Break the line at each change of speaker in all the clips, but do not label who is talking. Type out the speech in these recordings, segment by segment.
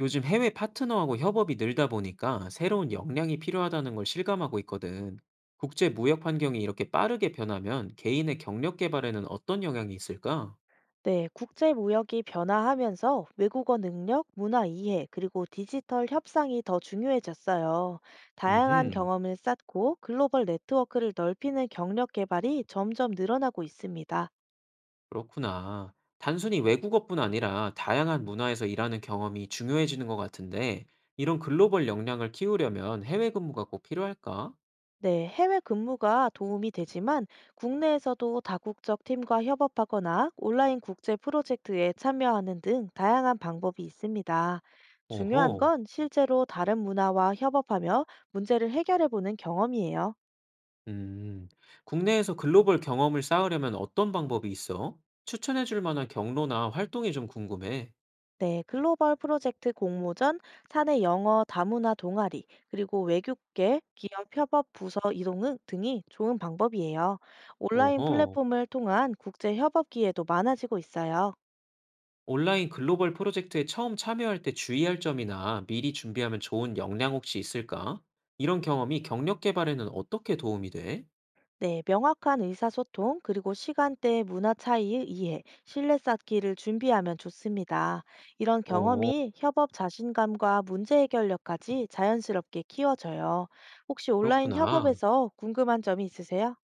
요즘 해외 파트너하고 협업이 늘다 보니까 새로운 역량이 필요하다는 걸 실감하고 있거든. 국제 무역 환경이 이렇게 빠르게 변하면 개인의 경력 개발에는 어떤 영향이 있을까?
네, 국제 무역이 변화하면서 외국어 능력, 문화 이해, 그리고 디지털 협상이 더 중요해졌어요. 다양한
음,
경험을 쌓고 글로벌 네트워크를 넓히는 경력 개발이 점점 늘어나고 있습니다.
그렇구나. 단순히 외국어뿐 아니라 다양한 문화에서 일하는 경험이 중요해지는 것 같은데, 이런 글로벌 역량을 키우려면 해외 근무가 꼭 필요할까?
네, 해외 근무가 도움이 되지만 국내에서도 다국적 팀과 협업하거나 온라인 국제 프로젝트에 참여하는 등 다양한 방법이 있습니다. 중요한
오호.
건 실제로 다른 문화와 협업하며 문제를 해결해 보는 경험이에요.
음, 국내에서 글로벌 경험을 쌓으려면 어떤 방법이 있어? 추천해줄 만한 경로나 활동이 좀 궁금해.
네, 글로벌 프로젝트 공모전, 사내 영어 다문화 동아리, 그리고 외국계 기업 협업 부서 이동 등이 좋은 방법이에요. 온라인
오호.
플랫폼을 통한 국제 협업 기회도 많아지고 있어요.
온라인 글로벌 프로젝트에 처음 참여할 때 주의할 점이나 미리 준비하면 좋은 역량 혹시 있을까? 이런 경험이 경력 개발에는 어떻게 도움이 돼?
네, 명확한 의사소통, 그리고 시간대의 문화 차이의 이해, 신뢰 쌓기를 준비하면 좋습니다. 이런
오.
경험이 협업 자신감과 문제 해결력까지 자연스럽게 키워져요. 혹시 온라인
그렇구나.
협업에서 궁금한 점이 있으세요?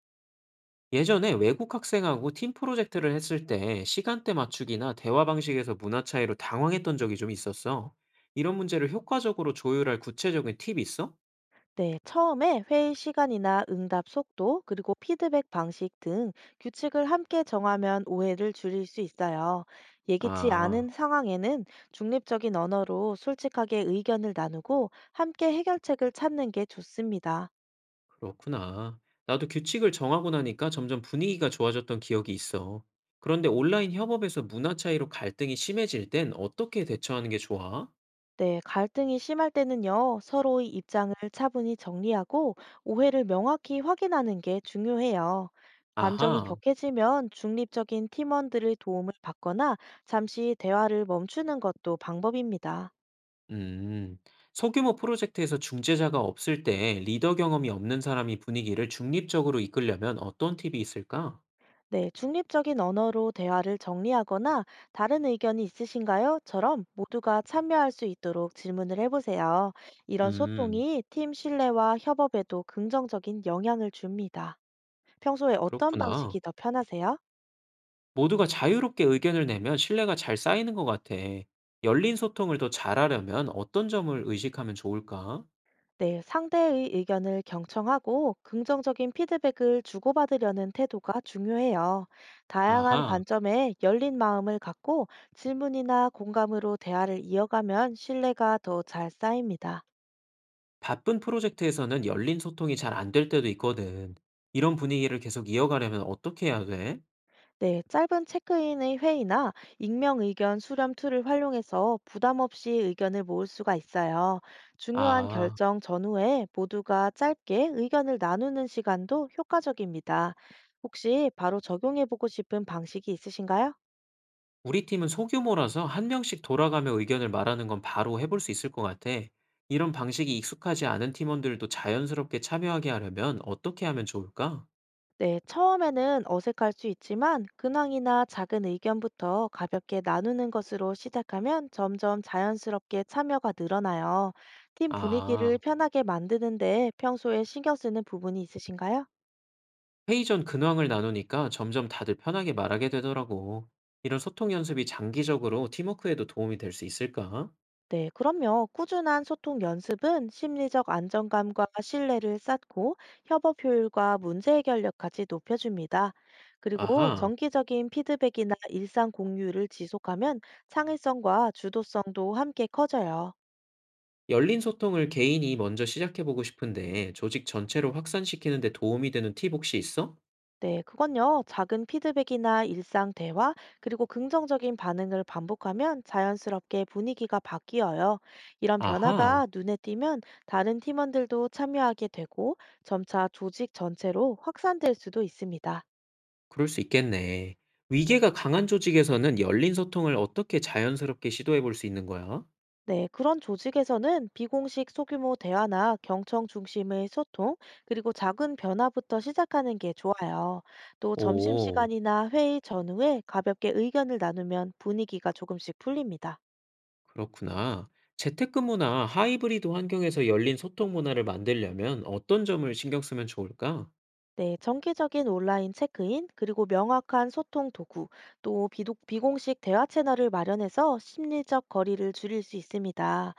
예전에 외국 학생하고 팀 프로젝트를 했을 때 시간대 맞추기나 대화 방식에서 문화 차이로 당황했던 적이 좀 있었어. 이런 문제를 효과적으로 조율할 구체적인 팁이 있어?
네, 처음에 회의 시간이나 응답 속도, 그리고 피드백 방식 등 규칙을 함께 정하면 오해를 줄일 수 있어요. 예기치
아.
않은 상황에는 중립적인 언어로 솔직하게 의견을 나누고 함께 해결책을 찾는 게 좋습니다.
그렇구나. 나도 규칙을 정하고 나니까 점점 분위기가 좋아졌던 기억이 있어. 그런데 온라인 협업에서 문화 차이로 갈등이 심해질 땐 어떻게 대처하는 게 좋아?
네, 갈등이 심할 때는요, 서로의 입장을 차분히 정리하고 오해를 명확히 확인하는 게 중요해요. 감정이
아하.
격해지면 중립적인 팀원들의 도움을 받거나 잠시 대화를 멈추는 것도 방법입니다.
음. 소규모 프로젝트에서 중재자가 없을 때 리더 경험이 없는 사람이 분위기를 중립적으로 이끌려면 어떤 팁이 있을까?
네, 중립적인 언어로 대화를 정리하거나 다른 의견이 있으신가요? 처럼 모두가 참여할 수 있도록 질문을 해보세요. 이런
음,
소통이 팀 신뢰와 협업에도 긍정적인 영향을 줍니다. 평소에 어떤
그렇구나.
방식이 더 편하세요?
모두가 자유롭게 의견을 내면 신뢰가 잘 쌓이는 것 같아. 열린 소통을 더 잘하려면 어떤 점을 의식하면 좋을까?
네, 상대의 의견을 경청하고 긍정적인 피드백을 주고받으려는 태도가 중요해요. 다양한
아하.
관점에 열린 마음을 갖고 질문이나 공감으로 대화를 이어가면 신뢰가 더 잘 쌓입니다.
바쁜 프로젝트에서는 열린 소통이 잘 안 될 때도 있거든. 이런 분위기를 계속 이어가려면 어떻게 해야 돼?
네, 짧은 체크인의 회의나 익명 의견 수렴 툴을 활용해서 부담 없이 의견을 모을 수가 있어요. 중요한
아,
결정 전후에 모두가 짧게 의견을 나누는 시간도 효과적입니다. 혹시 바로 적용해 보고 싶은 방식이 있으신가요?
우리 팀은 소규모라서 한 명씩 돌아가며 의견을 말하는 건 바로 해볼 수 있을 것 같아. 이런 방식이 익숙하지 않은 팀원들도 자연스럽게 참여하게 하려면 어떻게 하면 좋을까?
네, 처음에는 어색할 수 있지만 근황이나 작은 의견부터 가볍게 나누는 것으로 시작하면 점점 자연스럽게 참여가 늘어나요. 팀 분위기를
아,
편하게 만드는데 평소에 신경 쓰는 부분이 있으신가요?
회의 전 근황을 나누니까 점점 다들 편하게 말하게 되더라고. 이런 소통 연습이 장기적으로 팀워크에도 도움이 될 수 있을까?
네, 그럼요. 꾸준한 소통 연습은 심리적 안정감과 신뢰를 쌓고 협업 효율과 문제 해결력까지 높여줍니다. 그리고
아하.
정기적인 피드백이나 일상 공유를 지속하면 창의성과 주도성도 함께 커져요.
열린 소통을 개인이 먼저 시작해 보고 싶은데 조직 전체로 확산시키는 데 도움이 되는 팁 혹시 있어?
네, 그건요. 작은 피드백이나 일상 대화, 그리고 긍정적인 반응을 반복하면 자연스럽게 분위기가 바뀌어요. 이런 변화가
아하,
눈에 띄면 다른 팀원들도 참여하게 되고 점차 조직 전체로 확산될 수도 있습니다.
그럴 수 있겠네. 위계가 강한 조직에서는 열린 소통을 어떻게 자연스럽게 시도해 볼 수 있는 거야?
네, 그런 조직에서는 비공식 소규모 대화나 경청 중심의 소통, 그리고 작은 변화부터 시작하는 게 좋아요. 또
오,
점심시간이나 회의 전후에 가볍게 의견을 나누면 분위기가 조금씩 풀립니다.
그렇구나. 재택근무나 하이브리드 환경에서 열린 소통 문화를 만들려면 어떤 점을 신경 쓰면 좋을까?
네, 정기적인 온라인 체크인, 그리고 명확한 소통 도구, 또 비공식 대화 채널을 마련해서 심리적 거리를 줄일 수 있습니다.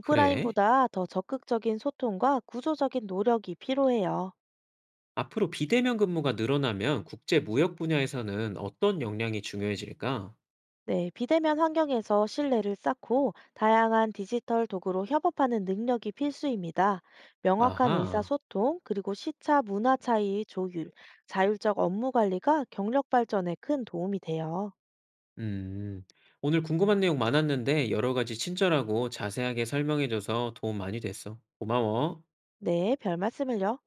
그래?
더 적극적인 소통과 구조적인 노력이 필요해요.
앞으로 비대면 근무가 늘어나면 국제 무역 분야에서는 어떤 역량이 중요해질까?
네, 비대면 환경에서 신뢰를 쌓고 다양한 디지털 도구로 협업하는 능력이 필수입니다. 명확한
아하.
의사소통, 그리고 시차 문화 차이 조율, 자율적 업무 관리가 경력 발전에 큰 도움이 돼요.
음, 오늘 궁금한 내용 많았는데 여러 가지 친절하고 자세하게 설명해줘서 도움 많이 됐어. 고마워.
네, 별 말씀을요.